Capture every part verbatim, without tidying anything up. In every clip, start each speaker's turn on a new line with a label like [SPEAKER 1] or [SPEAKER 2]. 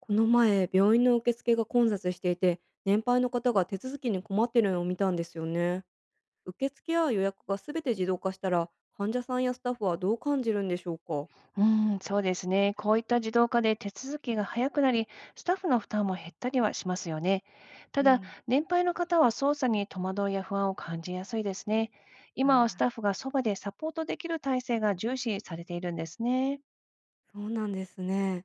[SPEAKER 1] この前、病院の受付が混雑していて、年配の方が手続きに困ってるのを見たんですよね。受付や予約がすべて自動化したら、患者さんやスタッフはどう感じるんでしょうか？
[SPEAKER 2] うん、そうですね。こういった自動化で手続きが早くなり、スタッフの負担も減ったりはしますよね。た
[SPEAKER 1] う
[SPEAKER 2] だ、
[SPEAKER 1] ん、
[SPEAKER 2] 年配の方は操作に戸惑いや不安を感じやすいですね。今はスタッ
[SPEAKER 1] あ
[SPEAKER 2] フがそばでサポートできる体制が重視されているんですね。
[SPEAKER 1] ー、そうなんですね。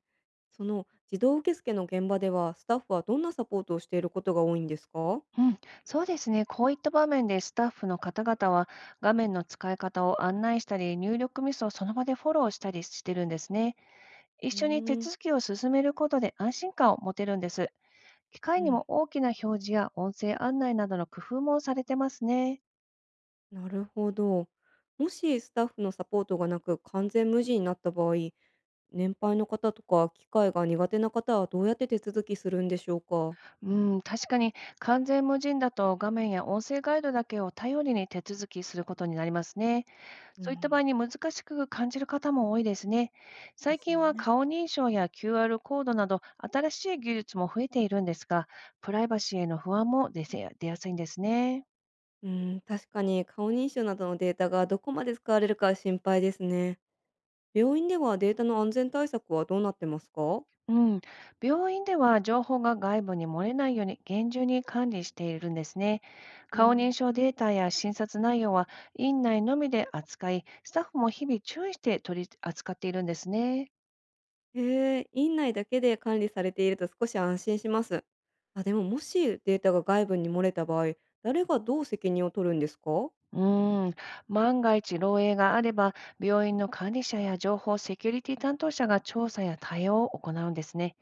[SPEAKER 1] その自動受付の現場では、スタッフはどんなサポートをしていることが多いんですか？
[SPEAKER 2] うん、そうですね。こういった場面でスタッフの方々は画面の使い方を案内したり、入力ミスをその場でフォローしたりしてるんですね。一
[SPEAKER 1] う
[SPEAKER 2] 緒に手
[SPEAKER 1] ーん、
[SPEAKER 2] 続きを進めることで安心感を持てるんです。機
[SPEAKER 1] う
[SPEAKER 2] 械にも
[SPEAKER 1] ん、
[SPEAKER 2] 大きな表示や音声案内などの工夫もされてますね。
[SPEAKER 1] なるほど。もしスタッフのサポートがなく完全無事になった場合、年配の方とか機械が苦手な方はどうやって手続きするんでしょうか？
[SPEAKER 2] うん、確かに完全無人だと画面や音声ガイドだけを頼りに手続きすることになりますね。
[SPEAKER 1] う
[SPEAKER 2] そういった場合
[SPEAKER 1] ん、
[SPEAKER 2] に難しく感じる方も多いですね。
[SPEAKER 1] で
[SPEAKER 2] 最
[SPEAKER 1] す
[SPEAKER 2] 近は
[SPEAKER 1] ね。
[SPEAKER 2] 顔認証や キューアール コードなど新しい技術も増えているんですが、プライバシーへの不安も出せ出やすいんですね。
[SPEAKER 1] うん、確かに顔認証などのデータがどこまで使われるか心配ですね。病院ではデータの安全対策はどうなってますか？
[SPEAKER 2] うん、病院では情報が外部に漏れないように厳重に管理しているんですね。
[SPEAKER 1] う
[SPEAKER 2] 顔認
[SPEAKER 1] ん、
[SPEAKER 2] 証データや診察内容は院内のみで扱い、スタッフも日々注意して取り扱っているんですね。
[SPEAKER 1] へえ、院内だけで管理されていると少し安心します。あ、でももしデータが外部に漏れた場合、誰がどう責任を取るんですか？
[SPEAKER 2] うーん、万が一漏洩があれば、病院の管理者や情報セキュリティ担当者が調査や対応を行うんですね。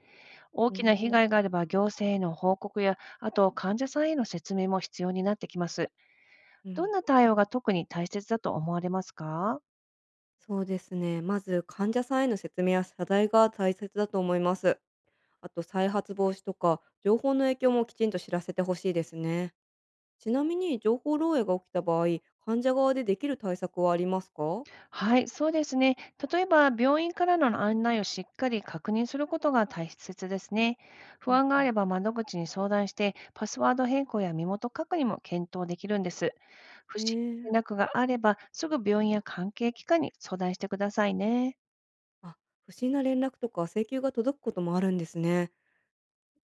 [SPEAKER 2] 大
[SPEAKER 1] う
[SPEAKER 2] きな被
[SPEAKER 1] ん、
[SPEAKER 2] 害があれば、行政への報告や、あと患者さんへの説明も必要になってきます。
[SPEAKER 1] う
[SPEAKER 2] どん
[SPEAKER 1] ん、
[SPEAKER 2] な対応が特に大切だと思われますか？
[SPEAKER 1] そうですね。まず患者さんへの説明や謝罪が大切だと思います。あと再発防止とか情報の影響もきちんと知らせてほしいですね。ちなみに情報漏洩が起きた場合、患者側でできる対策はありますか？
[SPEAKER 2] はい、そうですね。例えば、病院からの案内をしっかり確認することが大切ですね。
[SPEAKER 1] う
[SPEAKER 2] 不
[SPEAKER 1] ん
[SPEAKER 2] 安が
[SPEAKER 1] う
[SPEAKER 2] あれ
[SPEAKER 1] ん、
[SPEAKER 2] ば窓口に相談して、パスワード変更や身元確認も検討できるんです。不
[SPEAKER 1] ね
[SPEAKER 2] 審な連
[SPEAKER 1] え、
[SPEAKER 2] 絡があれば、すぐ病院や関係機関に相談してくださいね。
[SPEAKER 1] あ、不審な連絡とか請求が届くこともあるんですね。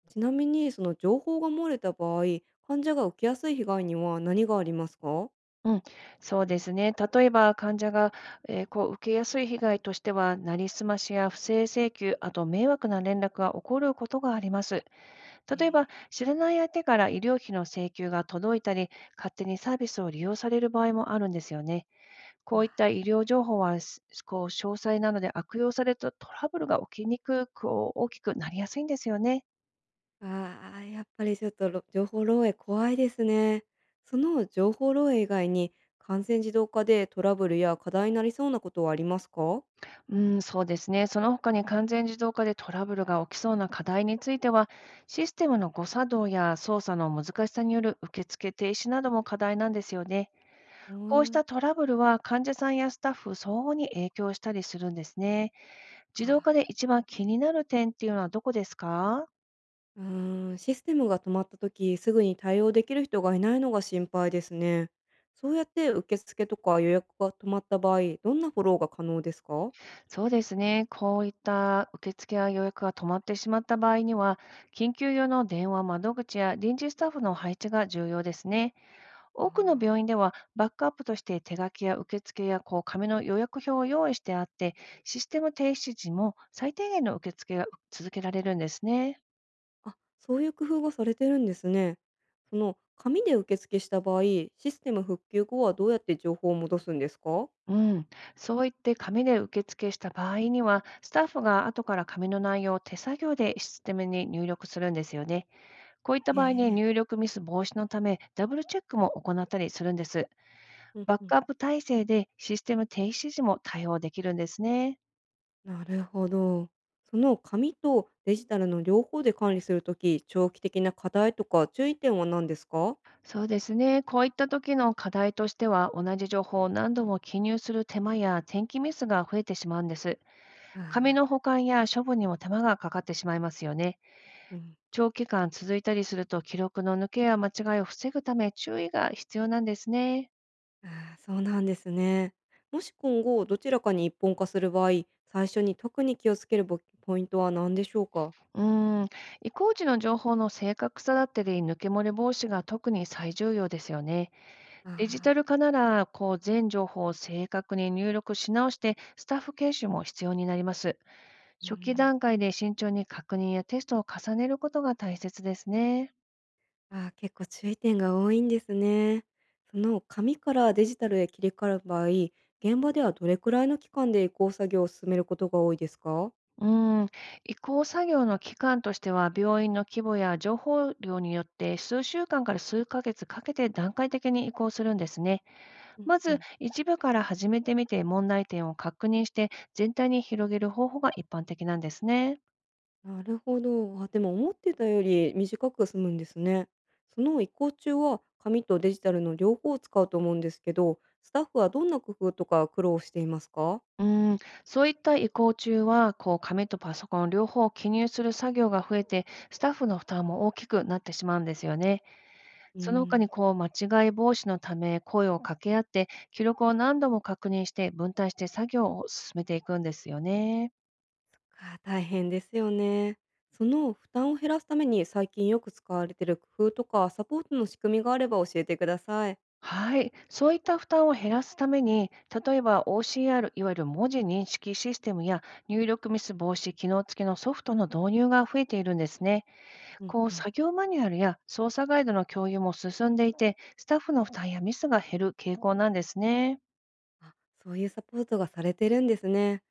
[SPEAKER 1] ちなみにその情報が漏れた場合、患者が受けやすい被害には何がありますか？
[SPEAKER 2] うん、そうですね。例えば、患者が、えーこう受けやすい被害としては、なりすましや不正請求、あと迷惑な連絡が起こることがあります。
[SPEAKER 1] え、
[SPEAKER 2] 例えば、知らない相手から医療費の請求が届いたり、勝手にサービスを利用される場合もあるんですよね。こういった
[SPEAKER 1] ー
[SPEAKER 2] 医療情報は、すこう詳細なので、悪用されるとトラブルが起きにくく、大きくなりやすいんですよね。
[SPEAKER 1] ああ、やっぱりちょっと、ろ情報漏洩怖いですね。その情報漏洩以外に、完全自動化でトラブルや課題になりそうなことはありますか？
[SPEAKER 2] うん、そうですね。その他に完全自動化でトラブルが起きそうな課題については、システムの誤作動や操作の難しさによる受付停止なども課題なんですよね。
[SPEAKER 1] うー
[SPEAKER 2] こうし
[SPEAKER 1] ん、
[SPEAKER 2] たトラブルは患者さんやスタッフ相応に影響したりするんですね。自動
[SPEAKER 1] か。
[SPEAKER 2] 化で一番気になる点っていうのはどこですか？
[SPEAKER 1] うーん、システムが止まった時、すぐに対応できる人がいないのが心配ですね。そうやって受付とか予約が止まった場合、どんなフォローが可能ですか？
[SPEAKER 2] そうですね。こういった受付や予約が止まってしまった場合には、緊急用の電話窓口や臨時スタッフの配置が重要ですね。多くの病
[SPEAKER 1] あ
[SPEAKER 2] 院では、バックアップとして手書きや受付やこう紙の予約表を用意してあって、システム停止時も最低限の受付が続けられるんですね。
[SPEAKER 1] あ。あ、そういう工夫がされてるんですね。その紙で受付した場合、システム復旧後はどうやって情報を戻すんですか？
[SPEAKER 2] うん、そう言って紙で受付した場合には、スタッフが後から紙の内容を手作業でシステムに入力するんですよね。こういった
[SPEAKER 1] え
[SPEAKER 2] 場合に
[SPEAKER 1] え。
[SPEAKER 2] 入力ミス防止のため、ダブルチェックも行ったりするんです。
[SPEAKER 1] うん
[SPEAKER 2] バッ
[SPEAKER 1] うん。
[SPEAKER 2] クアップ体制でシステム停止時も対応できるんですね。
[SPEAKER 1] なるほど。その紙とデジタルの両方で管理するとき、長期的な課題とか注意点は何ですか？
[SPEAKER 2] そうですね。こういった時の課題としては、同じ情報を何度も記入する手間や転記ミスが増えてしまうんです。
[SPEAKER 1] あ
[SPEAKER 2] 紙
[SPEAKER 1] あ、
[SPEAKER 2] の保管や処分にも手間がかかってしまいますよね。
[SPEAKER 1] うん。
[SPEAKER 2] 長期間続いたりすると、記録の抜けや間違いを防ぐため注意が必要なんですね。
[SPEAKER 1] ああ、そうなんですね。もし今後どちらかに一本化する場合、最初に特に気をつけるぼポイントは何でしょうか？
[SPEAKER 2] うーん、移行時の情報の正確さだったり、抜け漏れ防止が特に最重要ですよね。
[SPEAKER 1] あ
[SPEAKER 2] デジタ
[SPEAKER 1] あ、
[SPEAKER 2] ル化なら、こう、全情報を正確に入力し直して、スタッフ研修も必要になります。
[SPEAKER 1] う
[SPEAKER 2] 初期
[SPEAKER 1] ん。
[SPEAKER 2] 段階で慎重に確認やテストを重ねることが大切ですね。
[SPEAKER 1] ああ、結構注意点が多いんですね。その紙からデジタルへ切り替わる場合、現場ではどれくらいの期間で移行作業を進めることが多いですか？
[SPEAKER 2] うん、移行作業の期間としては、病院の規模や情報量によって数週間から数ヶ月かけて段階的に移行するんですね。
[SPEAKER 1] うん
[SPEAKER 2] ま
[SPEAKER 1] う
[SPEAKER 2] ず、
[SPEAKER 1] ん。
[SPEAKER 2] 一部から始めてみて問題点を確認して、全体に広げる方法が一般的なんですね。
[SPEAKER 1] なるほど。あ、でも思ってたより短く済むんですね。その移行中は紙とデジタルの両方を使うと思うんですけど、スタッフはどんな工夫とか苦労していますか？
[SPEAKER 2] うん、そういった移行中は、こう、紙とパソコン両方を記入する作業が増えて、スタッフの負担も大きくなってしまうんですよね。
[SPEAKER 1] うー
[SPEAKER 2] その他に
[SPEAKER 1] ん、
[SPEAKER 2] こう間違い防止のため、声を掛け合って記録を何度も確認して分担して作業を進めていくんですよね。
[SPEAKER 1] そっか、大変ですよね。その負担を減らすために最近よく使われている工夫とかサポートの仕組みがあれば教えてください。
[SPEAKER 2] はい、そういった負担を減らすために、例えば オーシーアール、 いわゆる文字認識システムや入力ミス防止機能付きのソフトの導入が増えているんですね。
[SPEAKER 1] うん
[SPEAKER 2] こう
[SPEAKER 1] うん、
[SPEAKER 2] 作業マニュアルや操作ガイドの共有も進んでいて、スタッフの負担やミスが減る傾向なんですね。
[SPEAKER 1] あ、そういうサポートがされてるんですね。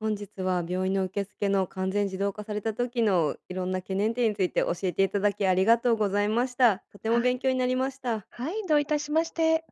[SPEAKER 1] 本日は病院の受付の完全自動化された時のいろんな懸念点について教えていただきありがとうございました。とても
[SPEAKER 2] は
[SPEAKER 1] 勉
[SPEAKER 2] い、
[SPEAKER 1] 強になりました。
[SPEAKER 2] はい、どういたしまして。